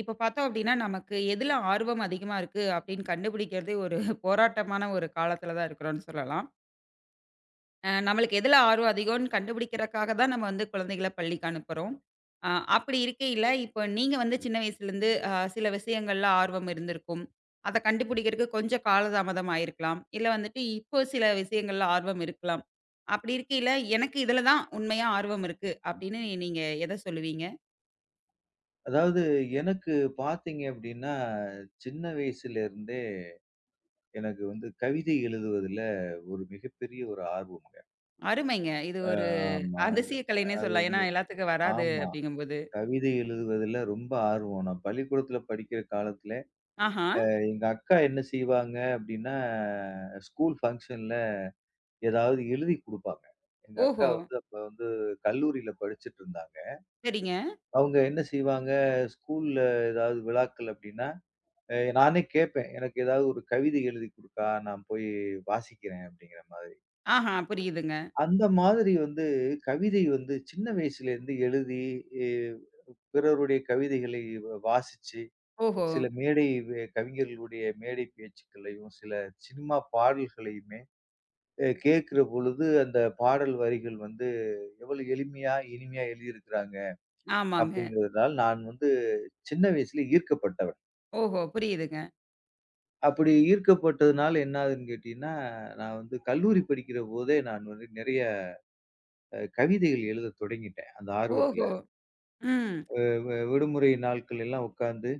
இப்ப பார்த்தோம் அப்டின்னா, நமக்கு எதுல ஆர்வம் அதிகமா இருக்கு அப்டின்னு கண்டுபிடிக்கிறதே ஒரு போராட்டமான ஒரு காலத்துல தான் இருக்கிறோம்னு சொல்லலாம். நம்மளுக்கு எதுல ஆர்வம் அதிகம்னு கண்டுபிடிக்கிறக்காக தான் நம்ம வந்து குழந்தைகள பள்ளிக்கு அனுப்புறோம். அ அப்படி இருக்கையில, இப்போ நீங்க வந்து சின்ன வயசுலேருந்து சில விஷயங்கள்ல ஆர்வம் இருந்திருக்கும். அத கண்டுபிடிக்கிறக்கு கொஞ்சம் காலதாமதம் ஆயிருக்கலாம். இல்ல வந்துட்டு இப்போ சில விஷயங்கள்ல ஆர்வம் இருக்கலாம். அப்படி இருக்கையில, எனக்கு இதுல தான் உண்மையா ஆர்வம் இருக்கு அப்படின்னு நீங்க எத சொல்லுவீங்க? அதாவது எனக்கு பார்த்தீங்க அப்டின்னா, சின்ன வயசுலேருந்தே எனக்கு வந்து கவிதை எழுதுவதில ஒரு மிகப்பெரிய ஆர்வம்ங்க. அருமைங்க. இது அ ஒரு ஆமா. அதிசய கலைன்னே அது சொல்லலாம். ஏன்னா, வந்து எல்லாத்துக்கும் வராது ஆமா. அப்படிங்கும்போது. கவிதை எழுதுவதில ரொம்ப ஆர்வம். நான் பள்ளிக்கூடத்தில படிக்கிற காலத்தில, ஆஹா! எங்க அக்கா என்ன செய்வாங்க அப்டின்னா, ஸ்கூல் ஃபங்ஷன்ல ஏதாவது எழுதி குடுப்பாங்க. எங்க அக்கா ஓஹோ! வந்து அப்ப வந்து கல்லூரியில படிச்சுட்டு இருந்தாங்க. சரிங்க. அவங்க என்ன செய்வாங்க, ஸ்கூல்ல ஏதாவது விழாக்கள் அப்டின்னா நானே கேட்பேன். எனக்கு ஏதாவது ஒரு கவிதை எழுதிக் குடுக்கா, நான் போய் வாசிக்கிறேன் அப்படிங்கிற மாதிரி. ஆஹா! புரியுதுங்க. அந்த மாதிரி வந்து கவிதை வந்து சின்ன வயசுலேருந்து எழுதி, எ பிறருடைய கவிதைகளை வாசிச்சு, ஓஹோ! சில மேடை கவிஞர்களுடைய மேடை பேச்சுக்களையும், சில சினிமா பாடல்களையுமே கேட்கிற பொழுது, அந்த பாடல் வரிகள் வந்து எவ்வளவு எளிமையா, இனிமையா எழுதியிருக்கிறாங்க ஆமாங்க. அப்படிங்கிறதுனால், நான் வந்து சின்ன வயசுல ஈர்க்கப்பட்டவன். ஓஹோ! புரியுதுங்க. அப்படி ஈர்க்கப்பட்டதுனால என்ன ஆகுதுன்னு கேட்டீங்கன்னா, நான் வந்து கல்லூரி படிக்கிற போதே நான் வந்து நிறைய கவிதைகள் எழுதத் தொடங்கிட்டேன், அந்த ஆர்வத்துல. ஓஹோ! ம். விடுமுறை நாட்கள் எல்லாம் உட்கார்ந்து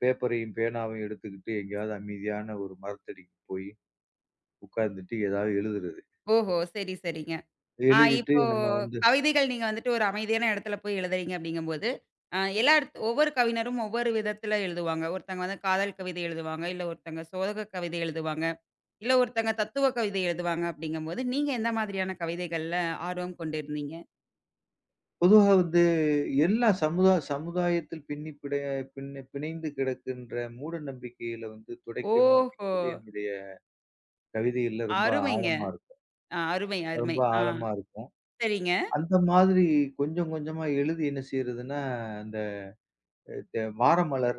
பேப்பரையும், பேனாவையும் எடுத்துக்கிட்டு எங்கேயாவது அமைதியான ஒரு மரத்தடிக்கு போய் உட்கார்ந்துட்டு ஏதாவது எழுதுறது. ஓஹோ! சரி, சரிங்க. ஆ எழுதிட்டு இப்போ நம்ம வந்து கவிதைகள் நீங்க வந்துட்டு ஒரு அமைதியான இடத்துல போய் எழுதுறீங்க அப்படிங்கும்போது, எல்லா இடத் ஒவ்வொரு கவிஞரும் ஒவ்வொரு விதத்துல எழுதுவாங்க. ஒருத்தங்க வந்து காதல் கவிதை எழுதுவாங்க, இல்ல ஒருத்தங்க சோக கவிதை எழுதுவாங்க, இல்ல ஒருத்தங்க தத்துவ கவிதை எழுதுவாங்க அப்படிங்கும்போது, நீங்க எந்த மாதிரியான கவிதைகள்ல ஆர்வம் கொண்டிருந்தீங்க? பொதுவா வந்து எல்லா சமுதாயத்தில் பின்ன பிணைந்து கிடக்கின்ற மூட நம்பிக்கைகள வந்து துடைக்கணும் ஓஹோ! அப்படிங்கிறது என்னுடைய கவிதைகள்ல ரொம்ப அருமைங்க. ஆழமா இருக்கும். ஆ, அருமை, அருமை. ரொம்ப ஆ, ஆழமா இருக்கும். சரிங்க. அந்த மாதிரி கொஞ்சம் கொஞ்சமா எழுதி என்ன செய்றதுன்னா, இந்த வாரமலர்,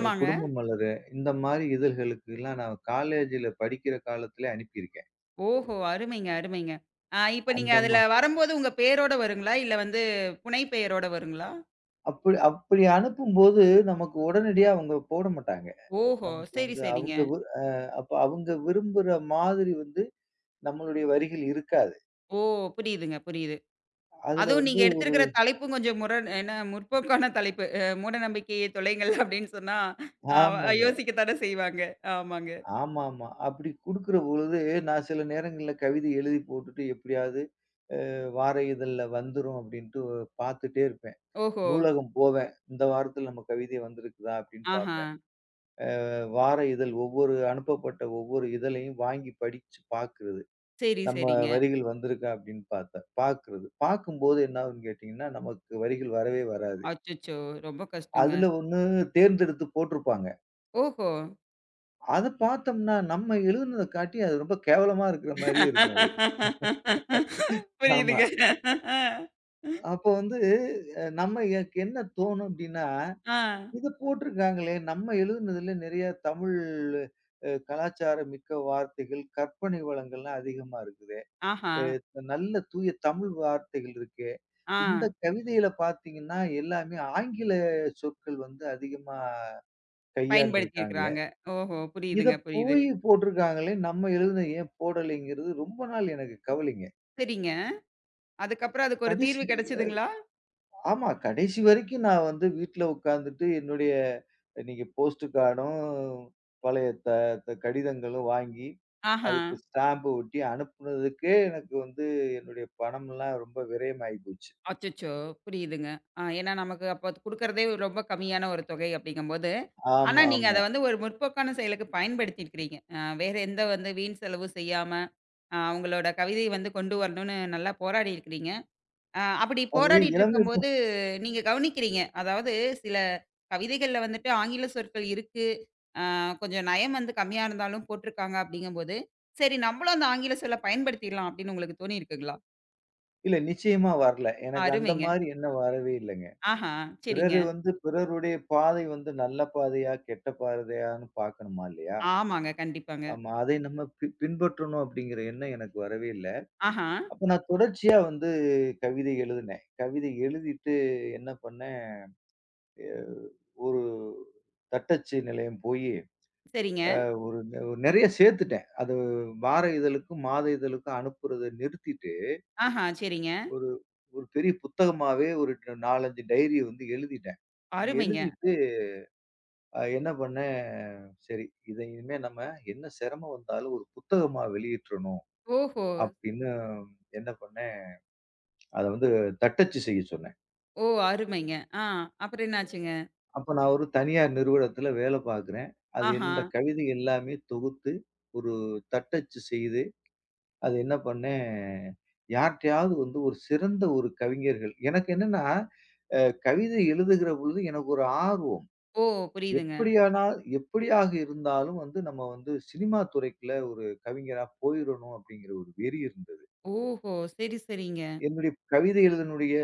குடும்ப மலரு இந்த மாரி இதழ்களுக்கெல்லாம் நான் காலேஜ்ல படிக்கிற காலத்திலே அனுப்பியிருக்கேன். ஓஹோ! அருமைங்க, அருமைங்க. ஆ, இப்ப நீங்க அந்த மா அதுல வரம்போது உங்க பேரோட வருங்களா? இல்ல வந்து புனை பெயரோட வருங்களா? அப்படி அப்படி அனுப்பும்போது நமக்கு உடனடியா அவங்க போட மாட்டாங்க. ஓஹோ! நமக்கு சரி, வந்து சரிங்க. அவங்க வு அ அப்ப அவங்க விரும்புற மாதிரி வந்து நம்மளுடைய வரிகள் இருக்காது. ஓ! புரியுதுங்க, புரியுது. அதுல அதுவும் வந்து நீங்க ஒரு எடுத்திருக்கிற தலைப்பும் கொஞ்சம் முரண் என்ன முற்போக்கான தலைப்பு. "மூட நம்பிக்கையை தொலைங்கள்" அப்படின்னு சொன்னா, ஆமாங்க. யோசிக்கத்தானே செய்வாங்க. ஆமாங்க. ஆமாமா. அப்படி குடுக்கிற பொழுது நான் சில நேரங்கள்ல கவிதை எழுதி போட்டுட்டு எப்படியாவது வார இதழ்ல வந்துரும் அப்படின்ட்டு பார்த்துட்டே இருப்பேன். ஓஹோ! நூலகம் போவேன். இந்த வாரத்தில் நம்ம கவிதை வந்திருக்குதா அப்படின்னு ஆஹா. பார்ப்பேன். வார இதழ் ஒவ்வொரு அனுப்பப்பட்ட ஒவ்வொரு இதழையும் வாங்கி படிச்சு பார்க்கிறது. சரி, நம்ம சரிங்க. வரிகள் வந்திருக்கா அப்படின்னு பார்க்கிறது. பார்க்கும்போது என்ன ஆகும்ன்னு கேட்டீங்கன்னா, நமக்கு வரிகள் வரவே வராது. அச்சச்சோ! ரொம்ப கஷ்டங்க. அதுல ஒண்ணு தேர்ந்தெடுத்து போட்டிருப்பாங்க. ஓஹோ! அத பார்த்தோம்னா நம்ம எழுதுனத காட்டி அது ரொம்ப கேவலமா இருக்கிற மாரியே இருக்கும் அது. ஆமா. புரியுதுங்க. அப்போ வந்து நம்ம எனக்கு என்ன தோணும் அப்படின்னா ஆ. இது போட்டிருக்காங்களே! நம்ம எழுதுனதுல நிறைய தமிழ் கலாச்சாரம் மிக்க வார்த்தைகள், கற்பனை வளங்கள்லாம் அதிகமா இருக்குதே. ஆஹா! நல்ல தூய தமிழ் வார்த்தைகள் இருக்கே. ஆ. இந்த கவிதையில பார்த்தீங்கன்னா, எல்லாமே ஆங்கில சொற்கள் வந்து அதிகமா கையாண்டுருக்காங்களே. பயன்படுத்தியிருக்கிறாங்க. ஓஹோ! இத புரியுதுங்க, புரியுது. போய் போட்டிருக்காங்களே! நம்ம எழுதுனத ஏன் போடலைங்கிறது ரொம்ப நாள் எனக்கு கவலைங்க. சரிங்க. அதுக்கப்புறம் அதுக்கு ஒரு கடைசி தீர்வு கிடைச்சதுங்களா? ஆமா. கடைசி வரைக்கும் நான் வந்து வீட்ல உட்கார்ந்துட்டு என்னுடைய நீங்க போஸ்ட் கார்டும், பழைய த த கடிதங்களும் வாங்கி, ஆஹா! அதுக்கு ஸ்டாம்ப் ஒட்டி அனுப்புனதுக்கே எனக்கு வந்து என்னுடைய பணம்லாம் ரொம்ப விரயமாயி போச்சு. அச்சச்சோ! புரியுதுங்க. ஆ ஏன்னா நமக்கு அப்ப குடுக்குறதே ரொம்ப கம்மியான ஒரு தொகை அப்படிங்கும்போது, ஆனா ஆமா, நீங்க அத ஆமா. வந்து ஒரு முற்போக்கான செயலுக்கு பயன்படுத்தியிருக்கிறீங்க. வேற எந்த வந்து வீண் செலவும் செய்யாம, உங்களோட கவிதை வந்து கொண்டு வரணும்னு நல்லா போராடியிருக்கிறீங்க. அப்படி அது போராடிட்டு இலங்கை ப இருக்கும்போது, நீங்க கவனிக்கிறீங்க. அதாவது சில கவிதைகள்ல வந்துட்டு ஆங்கில சொற்கள் இருக்கு. அ கொஞ்சம் நயம் வந்து கம்மியா இருந்தாலும் போட்டுருக்காங்க அப்படிங்கும்போது, சரி நம்மளும் அந்த ஆங்கில சொல்ல பயன்படுத்திடலாம் அப்படின்னு உங்களுக்கு தோணியிருக்குங்களா? இல்ல நிச்சயமா வரல. எனக்கு அந்த அருமைங்க. மாரி எண்ணம் வரவே இல்லங்க. ஆஹா, சரிங்க. பிறரு வந்து பிறருடைய பாதை வந்து நல்ல பாதையா, கெட்ட பாதையான்னு பார்க்கணுமா இல்லையா? ஆமாங்க, கண்டிப்பாங்க. ஆமா. அதை நம்ம பின்பற்றணும் அப்படிங்கிற எண்ணம் எனக்கு வரவே இல்ல. ஆஹா, அப்ப நான் தொடர்ச்சியா வந்து கவிதை எழுதினேன். கவிதை எழுதிட்டு என்ன பண்ணேன், அ ஒரு தட்டச்சு நிலையம் போயி, சரிங்க. ஒரு நெ நெறைய சேர்த்துட்டேன். அது வார இதழுக்கும், மாத இதழுக்கும் அனுப்புறத நிறுத்திட்டு, ஆஹா, சரிங்க. ஒரு ஒரு பெரிய புத்தகமாவே ஒரு 4, 5 டைரிய வந்து எழுதிட்டேன். அருமைங்க. எழுதிட்டு என்ன பண்ணேன், சரி இத இனிமே நம்ம என்ன சிரமம் வந்தாலும் ஒரு புத்தகமா வெளியிட்டுறணும், ஓஹோ! அப்படின்னு என்ன பண்ணேன், அத வந்து தட்டச்சு செய்ய சொன்னேன். ஓ! அருமைங்க. ஆ அப்புறம் என்னாச்சுங்க? அப்ப நான் ஒரு தனியார் நிறுவனத்துல வேலை பார்க்கிறேன். அது ஆஹா, இந்த கவிதை எல்லாமே தொகுத்து, ஒரு தட்டச்சு செய்து, அது என்ன பண்ணேன், யார்ட்டயாவது வந்து ஒரு சிறந்த ஒரு கவிஞர்கள் எனக்கு என்னன்னா, அ கவிதை எழுதுகிற பொழுது எனக்கு ஒரு ஆர்வம். ஓ! புரியுதுங்க. எப்படியானா எப்படியாக இருந்தாலும் வந்து நம்ம வந்து சினிமா துறைக்குள்ள ஒரு கவிஞரா போயிறணும் அப்படிங்கிற ஒரு வெறி இருந்தது. ஓஹோ! சரி, சரிங்க. என்னுடைய கவிதை எழுதினுடைய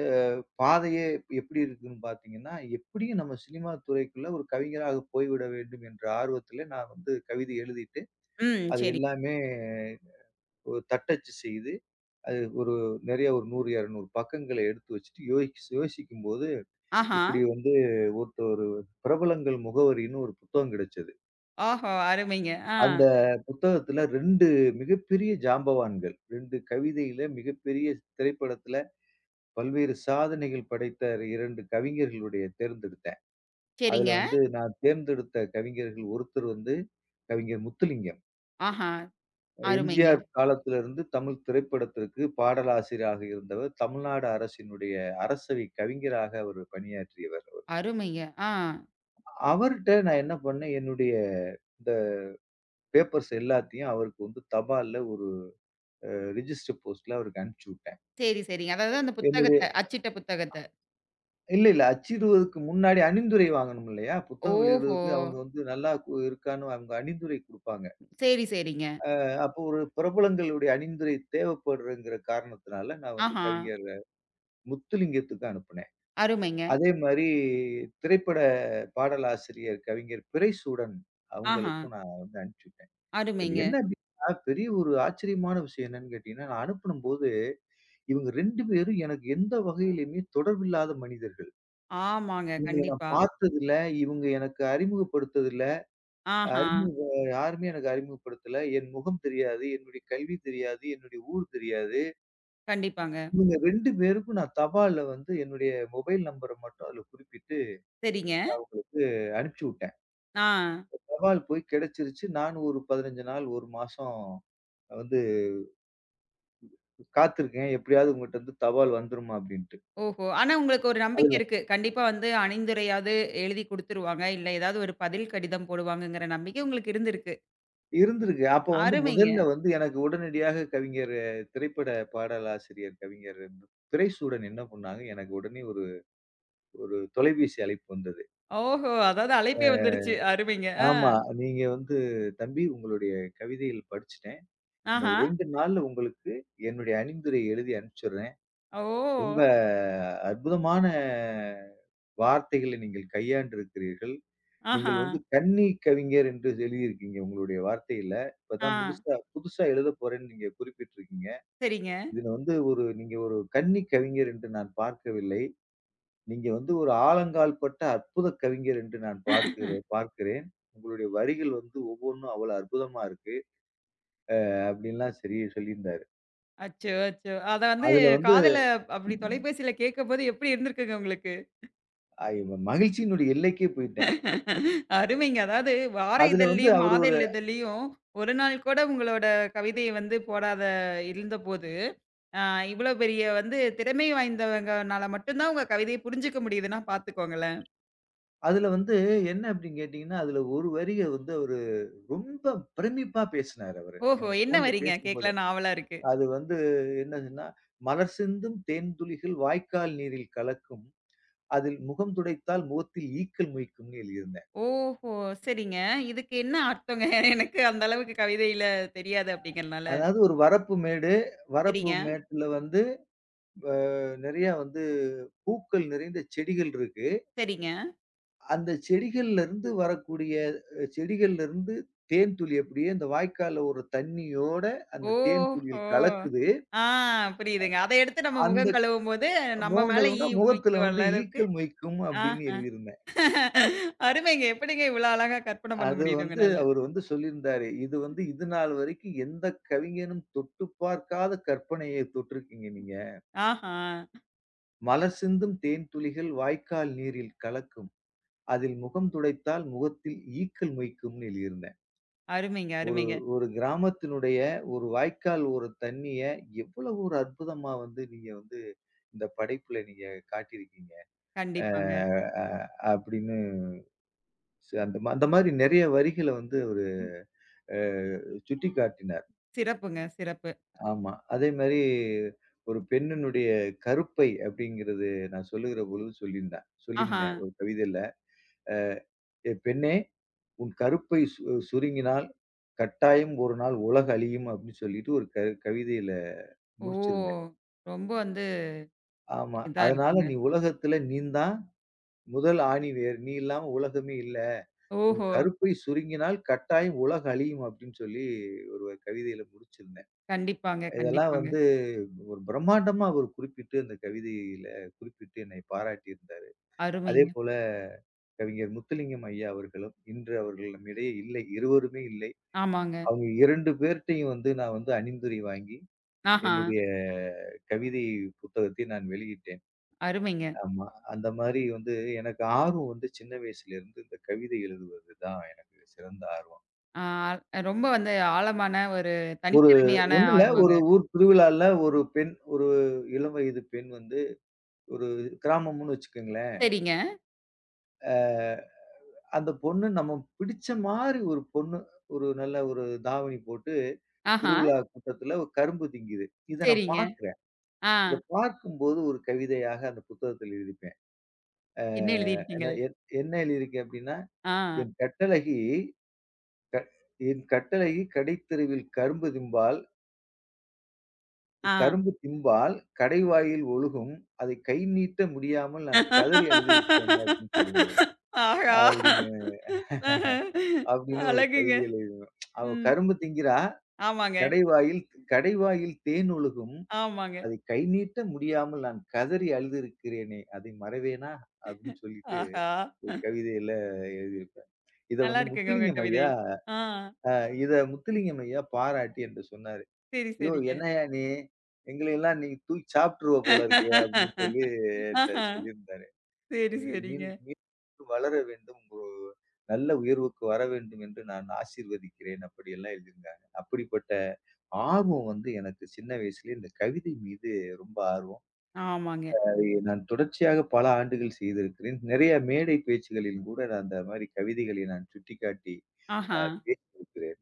பாதையே எப்படி இருக்குன்னு பார்த்தீங்கன்னா, எப்படியும் நம்ம சினிமா துறைக்குள்ள ஒரு கவிஞராக போய்விட வேண்டும் என்ற ஆர்வத்தில நான் வந்து கவிதை எழுதிட்டு, ம், அது சரி. எல்லாமே ஒரு தட்டச்சு செய்து, அது ஒரு நிறைய ஒரு 100, 200 பக்கங்கள எடுத்து வச்சுட்டு யோசிக்கும்போது, ஆஹா, இப்படி வந்து ஒரு பிரபலங்கள் முகவரின்னு ஒரு புத்தகம் கிடைச்சது. ஓஹோ! அருமைங்க. ஆ. அந்த புத்தகத்தில 2 மிகப்பெரிய ஜாம்பவான்கள், 2 கவிதையில மிகப்பெரிய திரைப்படத்தில பல்வேறு சாதனைகள் படைத்த 2 கவிஞர்களுடைய தேர்ந்தெடுத்தேன். அதுல சரிங்க. வந்து நான் தேர்ந்தெடுத்த கவிஞர்கள் ஒருத்தர் வந்து கவிஞர் முத்துலிங்கம். ஆஹா! அருமைங்க, எம்ஜிஆர் காலத்துல இருந்து தமிழ் திரைப்படத்திற்கு பாடலாசிரியராக இருந்தவர். தமிழ்நாடு அரசினுடைய அரசவை கவிஞராக அவர் பணியாற்றியவர் அவர். அருமைங்க. ஆ. அவர்ட்ட நான் என்ன பண்ணேன், என்னுடைய இந்த பேப்பர்ஸ் எல்லாத்தையும் அவருக்கு வந்து தபால்ல ஒரு அ ரிஜிஸ்டர் போஸ்ட்ல அவருக்கு அனுப்பிச்சு விட்டேன். சரி, சரிங்க. அதாவது அந்த புத்தகத்த, என்னுடைய அச்சிட்ட புத்தகத்த. இல்ல, இல்ல. அச்சிடுவதற்கு முன்னாடி அணிந்துரை வாங்கணும் இல்லையா? புத்தகம் ஓஹோ! வெளியிடுவதற்கு அவங்க வந்து நல்லா இருக்கான்னு அவங்க அணிந்துரை குடுப்பாங்க. சரி, சரிங்க. அப்போ ஒரு பிரபலங்களுடைய அணிந்துரை தேவைப்படுங்கிற காரணத்தினால, நான் வந்து ஆஹா! கவிஞர் முத்துலிங்கத்துக்கு அனுப்புனேன். அருமைங்க. அதே மாரி திரைப்பட பாடலாசிரியர் கவிஞர் பிறைசூடன் ஆஹா! அவங்களுக்கும் நான் வந்து அனுப்பிச்சுட்டேன். இதுல அருமைங்க. என்ன அப்டின்னா, பெரிய ஒரு ஆச்சரியமான விஷயம் என்னன்னு கேட்டீங்கன்னா, நான் அனுப்பனும்போது இவங்க 2 பேரும் எனக்கு எந்த வகையிலுமே தொடர்பில்லாத மனிதர்கள். ஆமாங்க. இவங்கள நான் கண்டிப்பா. பார்த்ததில்ல. இவங்க எனக்கு அறிமுகப்படுத்ததில்ல. ஆஹா! அறிமுக யாருமே எனக்கு அறிமுகப்படுத்தல. என் முகம் தெரியாது. என்னுடைய கல்வி தெரியாது. என்னுடைய ஊர் தெரியாது. கண்டிப்பாங்க. இவங்க 2 பேருக்கும் நான் தபால்ல வந்து என்னுடைய மொபைல் நம்பர மட்டும் அதுல குறிப்பிட்டு சரிங்க. அனுப்பிச்சு விட்டேன். ஆ. தபால் போய் கிடைச்சிருச்சு. நான் ஒரு 15 நாள், 1 மாசம் வந்து காத்திருக்கேன். எப்படியாவது உங்கட்ட இருந்து தபால் வந்துருமா அப்படின்ட்டு. ஓஹோ! ஆனா உங்களுக்கு ஒரு நம்பிக்கை அதுல இருக்கு. கண்டிப்பா வந்து அணிந்துரையாவது எழுதி குடுத்துருவாங்க. இல்ல ஏதாவது ஒரு பதில் கடிதம் போடுவாங்கங்கிற நம்பிக்கை உங்களுக்கு இருந்திருக்கு. இருந்திருக்கு. அப்ப வந்து அருமைங்க. முதல்ல வந்து எனக்கு உடனடியாக திரைப்பட பாடலாசிரியர் கவிஞர் துரைசூடன் என்ன பண்ணாங்க, எனக்கு உடனே ஒரு ஒரு தொலைபேசி அழைப்பு வந்தது. ஓஹோ! அதாவது அழைப்பே வந்துருச்சு. அருமைங்க. ஆ. ஆமா. நீங்க வந்து "தம்பி உங்களுடைய கவிதைகள் படிச்சுட்டேன். இன்னும் ஆஹா! ஒரு 2 நாள்ல உங்களுக்கு என்னுடைய அணிந்துரை எழுதி அனுப்பிச்சுடுறேன். ஓ! ரொம்ப அற்புதமான வார்த்தைகளை நீங்கள் கையாண்டிருக்கிறீர்கள். ஆஹா! நீங்கள் வந்து கன்னி கவிஞர் என்று எழுதியிருக்கீங்க உங்களுடைய வார்த்தையில. ஆ. இப்பதான் முதுசா புதுசா எழுதப் போறேன்னு நீங்க குறிப்பிட்டிருக்கீங்க. சரிங்க. இதுல வந்து ஒரு நீங்க ஒரு கன்னி கவிஞர் என்று நான் பார்க்கவில்லை." நீங்க வந்து ஒரு ஆழங்கால் பட்ட அற்புத கவிஞர் என்று நான் பார்க்கிறேன். உங்களுடைய வரிகள் வந்து ஒவ்வொன்னும் அவ்வளவு அற்புதமா இருக்கு. அப்படின்லாம் சரி சொல்லியிருந்தாரு. அச்சோ! அச்சோ! அத வந்து அதுல வந்து காதல அப்படி தொலைபேசியில கேட்கும்போது எப்படி இருந்திருக்குங்க உங்களுக்கு? அ மகிழ்ச்சியினுடைய எல்லைக்கே போயிட்டேன். அருமைங்க. அதாவது வார அதுல வந்து இதழ்லயும், அவரு மாத ஒரு இதழ்லயும் ஒரு நாள் கூட உங்களோட கவிதைய வந்து போடாத இருந்தபோது, அ இவ்வளோ பெரிய வந்து திறமை வாய்ந்தவங்கனால மட்டும் தான் உங்க கவிதைய புரிஞ்சுக்க முடியுதுன்னா பார்த்துக்கோங்களேன். அதுல வந்து என்ன அப்படின்னு கேட்டீங்கன்னா, அதுல ஒரு வரிய வந்து அவரு ரொம்ப பிரமிப்பா பேசினாரு அவரு. ஓஹோ! என்ன என்ன ஃபோன்ல வரிங்க? பேசும்போது. கேட்கலான்னு ஆவலா இருக்கு. அது வந்து என்னதுன்னா, "மலர் சிந்தும் தேன் துளிகள் வாய்க்கால் நீரில் கலக்கும். அதில் முகம் துடைத்தால் முகத்தில் ஈக்கள் மொய்க்கும்ன்னு" எழுதியிருந்தேன். ஓஹோ! சரிங்க. இதுக்கு என்ன அர்த்தங்க? எனக்கு அந்த அளவுக்கு கவிதையில தெரியாது அப்படிங்கிறனால. அதாவது ஒரு வரப்பு மேடு. வரப்பு சரிங்க, மேட்ல வந்து நெறையா வந்து பூக்கள் நிறைந்த செடிகள் இருக்கு. சரிங்க. அந்த செடிகள்லருந்து வரக்கூடிய செடிகள்லருந்து தேன் துளி அப்படியே அந்த வாய்க்கால்ல ஒரு தண்ணியோட அந்த தேன் ஓஹோ! துளியில் கலக்குது. ஆ புரியுதுங்க. அத எடுத்து நம்ம அந்த முகம் கழுவும்போது, நம்ம மேல ஈ மோங்கல்னா முகத்துல முக்கிய வர வந்து அளவுக்கு ஈக்கள் மொய்க்கும் அப்படின்னு ஆஹா. எழுதியிருந்தேன். அருமைங்க. எப்படிங்க இவ்வளோ அழகா கற்பனை பண்ண அது முடியுது வந்து உங்கனால? அவரு வந்து சொல்லியிருந்தாரு. இது வந்து இதுநாள் வரைக்கும் எந்த கவிஞனும் தொட்டு பார்க்காத கற்பனையை தொட்டிருக்கீங்க நீங்க. ஆஹா. மலர் சிந்தும் தேன் துளிகள் வாய்க்கால் நீரில் கலக்கும். அதில் முகம் துடைத்தால் முகத்தில் ஈக்கள் மொய்க்கும்ன்னு எழுதியிருந்தேன். அருமைங்க, ஒரு அருமைங்க. ஒரு கிராமத்தினுடைய ஒரு வாய்க்கால் ஒரு தண்ணிய எவ்வளவு ஒரு அற்புதமா வந்து நீங்க வந்து இந்த படைப்புல நீங்க காட்டியிருக்கீங்க. அ கண்டிப்பாங்க. அ அப்படின்னு அந்த மாரி நெறைய வரிகள வந்து அவரு ம். அ சுட்டிக்காட்டினார். சிறப்புங்க, சிறப்பு. ஆமா. அதேமாரி ஒரு பெண்ணினுடைய கருப்பை அப்படிங்கிறது நான் சொல்லுகிற பொழுது சொல்லியிருந்தேன் ஆஹா. சொல்லியிருந்தேன் ஒரு கவிதையில. "ஏ பெண்ணே உன் கருப்பை சுருங்கினால் கட்டாயம் ஒரு நாள் உலகு அழியும் அப்படின்னு சொல்லிட்டு ஒரு கவிதையில முடிச்சிருந்தேன். ஓ! ரொம்ப வந்து ஆமா. இதா அதனால இருக்குங்க. நீ உலகத்துல நீந்தான் முதல் ஆணிவேர். நீ இல்லாம உலகமே இல்ல. உன் ஓஹோ! கருப்பை சுருங்கினால் கட்டாயம் உலகு அழியும் அப்படின்னு சொல்லி ஒரு கவிதையில முடிச்சிருந்தேன். கண்டிப்பாங்க, இதெல்லாம் கண்டிப்பாங்க. வந்து ஒரு பிரம்மாண்டமா அவர் குறிப்பிட்டு அந்த கவிதையில குறிப்பிட்டு என்னை பாராட்டியிருந்தாரு. அருமைங்க. அதேபோல கவிஞர் முத்துலிங்கம் ஐயா அவர்களும் இன்று அவர்கள் நம்மிடையே இல்லை. இருவருமே இல்லை. ஆமாங்க. அவங்க 2 பேர்ட்டயும் வந்து நான் வந்து அணிந்துரை வாங்கி, ஆஹா. என்னுடைய கவிதை புத்தகத்தை நான் வெளியிட்டேன். அருமைங்க. ஆமா. அந்த மாரி வந்து எனக்கு ஆர்வம் வந்து சின்ன வயசுலேருந்து இந்த கவிதை எழுதுவது தான் எனக்கு சிறந்த ஆர்வம். ஆ ரொம்ப வந்து ஆழமான ஒரு ஒரு தனித்திறமையான ஒண்ணுல்ல, ஒரு ஆர்வங்க. ஊர் திருவிழால ஒரு பெண் ஒரு இளம் வயது பெண் வந்து ஒரு கிராமம்னு வச்சுக்கங்களேன். சரிங்க. அ அந்த பொண்ணு நம்ம பிடிச்ச மாரி ஒரு பொண்ணு, ஒரு நல்ல ஒரு தாவணி போட்டு ஆஹா. திருவிழா கூட்டத்துல ஒரு கரும்பு திங்குது. இத நான் சரிங்க. பாக்குறேன். ஆ. இத பார்க்கும்போது ஒரு கவிதையாக அந்த புத்தகத்தில் எழுதிப்பேன். அ என்ன என்ன எழுதியிருக்கீங்கள்? என் என்ன எழுதியிருக்கேன் அப்டின்னா, ஆ, "என் கட்டழகி கடைத்தெருவில் ஆ. கரும்பு திம்பால் கடைவாயில் ஒழுகும். அதை கை நீட்ட முடியாமல் நான் கதறி அழுதிருக்கிறேனே" அப்டின்னு சொல்லி முடிவேன். ஆஹா! அப்டின்னு ஆஹா. அப்டின்னு ஒரு அழகுங்க. கவிதையில எழுதுவேன். அவ ம். கரும்பு திங்கிறா, ஆமாங்க, கடைவாயில் கடைவாயில் தேன் ஒழுகும். ஆமாங்க. அதை கை நீட்ட முடியாமல் நான் கதறி அழுதிருக்கிறேனே அதை மறவேனா? அப்டின்னு சொல்லிட்டு ஆஹா! ஒரு கவிதையில எழுதியிருப்பேன். இத நல்லா வந்து இருக்குங்க உங்க முத்துலிங்கம் கவிதை. ஐயா ஆ. அ இத முத்துலிங்கம் ஐயா பாராட்டி என்ட்ட சொன்னாரு. சரி, "யோவ்! சரிங்க. என்னய்யா நீ? எங்களையெல்லாம் நீ தூக்கி சாப்பிட்டுருவ போல இருக்கு" அப்படின்னு சொல்லி என்ட்ட ஆஹா. சொல்லியிருந்தாரு. சரி, "நீங்கள் சரிங்க. மீண்டும் வளர வேண்டும். ஒரு நல்ல உயர்வுக்கு வர வேண்டும் என்று நான் ஆசீர்வதிக்கிறேன்" அப்படியெல்லாம் எழுதியிருந்தாங்க. அப்படிப்பட்ட ஆர்வம் வந்து எனக்கு சின்ன வயசுலயே இந்த கவிதை மீது ரொம்ப ஆர்வம். ஆமாங்க. அதை நான் தொடர்ச்சியாக பல ஆண்டுகள் செய்திருக்கிறேன். நிறைய மேடை பேச்சுகளிலும் கூட நான் அந்த மாரி கவிதைகளை நான் சுட்டிக்காட்டி அ ஆஹா. பேசியிருக்கிறேன்.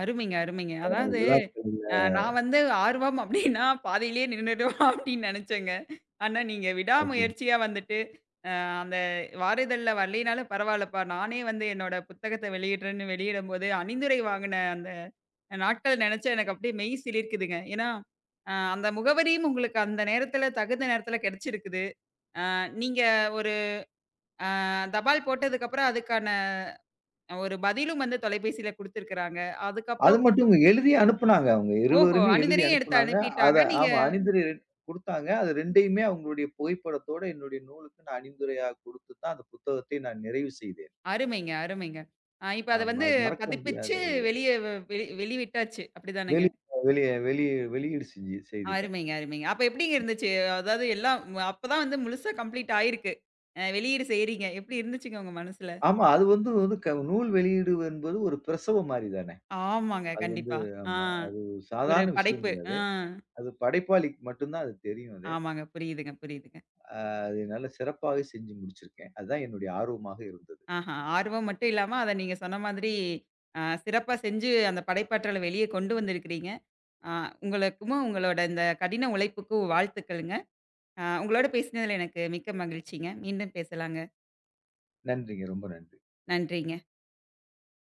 அருமைங்க, அருமைங்க. அதாவது விழாக்கள்ல நான் வந்து ஆர்வம் அப்டின்னா, பாதியிலேயே நின்னுடுவேன் அப்டின்னு நெனச்சேங்க. ஆனா நீங்க அப்படின்னு. விடாமுயற்சியா வந்துட்டு, அ அந்த வார இதழ்ல வரலைனாலும் பரவாயில்லப்பா, நானே வந்து என்னோட புத்தகத்த வெளியிடுறேன்னு வெளியிடும்போது, அணிந்துரை வாங்குன அந்த நாட்கள் நெனச்சா எனக்கு அப்டியே மெய் சிலிர்க்குதுங்க. ஏன்னா, அந்த முகவரியும் உங்களுக்கு அந்த நேரத்துல தகுந்த நேரத்துல கெடச்சிருக்குது. அ நீங்க ஒரு தபால் போட்டதுக்கப்புறம் அதுக்கான ஒரு பதிலும் வந்து தொலைபேசியில குடுத்துருக்குறாங்க. அது அதுக்கப்புறம் மட்டும் எழுதி அனுப்புனாங்க. அவங்க ஓஹோ! இருவருமே எழுதி அணிதரையும் எடுத்து அனுப்புனாங்க. அனுப்பிட்டாங்க. அத நீங்க ஆமா அணிந்துரை குடுத்தாங்க. அது 2யுமே அவங்களுடைய புகைப்படத்தோட என்னுடைய நூலுக்கு நான் அணிந்துரையா குடுத்து தான் அந்த புத்தகத்தை நான் நிறைவு செய்தேன். அருமைங்க, அருமைங்க. இப்ப அத ஆமா. வந்து அது மறக்க முடியாத பதிப்பிச்சு ஒரு வெளிய வ வெளி வெளிவிட்டாச்சு. அப்படிதானங்க? வெளி வெளி வெளி வெளியீடு செய்துட்டேன். அருமைங்க, அருமைங்க. அப்ப எப்படிங்க இருந்துச்சு? அதாவது எல்லாம் ம அப்பதான் வந்து முழுசா கம்ப்ளீட் ஆயிருக்கு. வெளியீடு செய்றீங்க. எப்படி இருந்துச்சுங்க உங்க மனசுல? ஆமா. அது வந்து வந்து நூல் வெளியீடு என்பது ஒரு பிரசவம் மாரி தானே. ஆமாங்க. அது வந்து கண்டிப்பா. ஆ ஆமா. ஒரு ஒரு சாதாரண விஷயம் படைப்பு. இல்ல அது. ஆ அது படைப்பாளிக்கு மட்டும் தான் அது தெரியும் அது. ஆமாங்க. புரியுதுங்க, புரியுதுங்க. அ அது நல்ல சிறப்பாவே செஞ்சு முடிச்சிருக்கேன். அதுதான் என்னுடைய ஆர்வமாக இருந்தது. ஆஹா. ஆர்வம் மட்டும் இல்லாம அத நீங்க சொன்ன மாதிரி சிறப்பா செஞ்சு அந்த படைப்பாற்றல வெளிய கொண்டு வந்திருக்கிறீங்க. அ உங்களுக்கும் உங்களோட இந்த கடின உழைப்புக்கும் வாழ்த்துக்கள். ஆ உங்களோட பேசினதுல எனக்கு மிக்க மகிழ்ச்சிங்க. மீண்டும் பேசலாங்க. நன்றிங்க. ரொம்ப நன்றி. நன்றிங்க.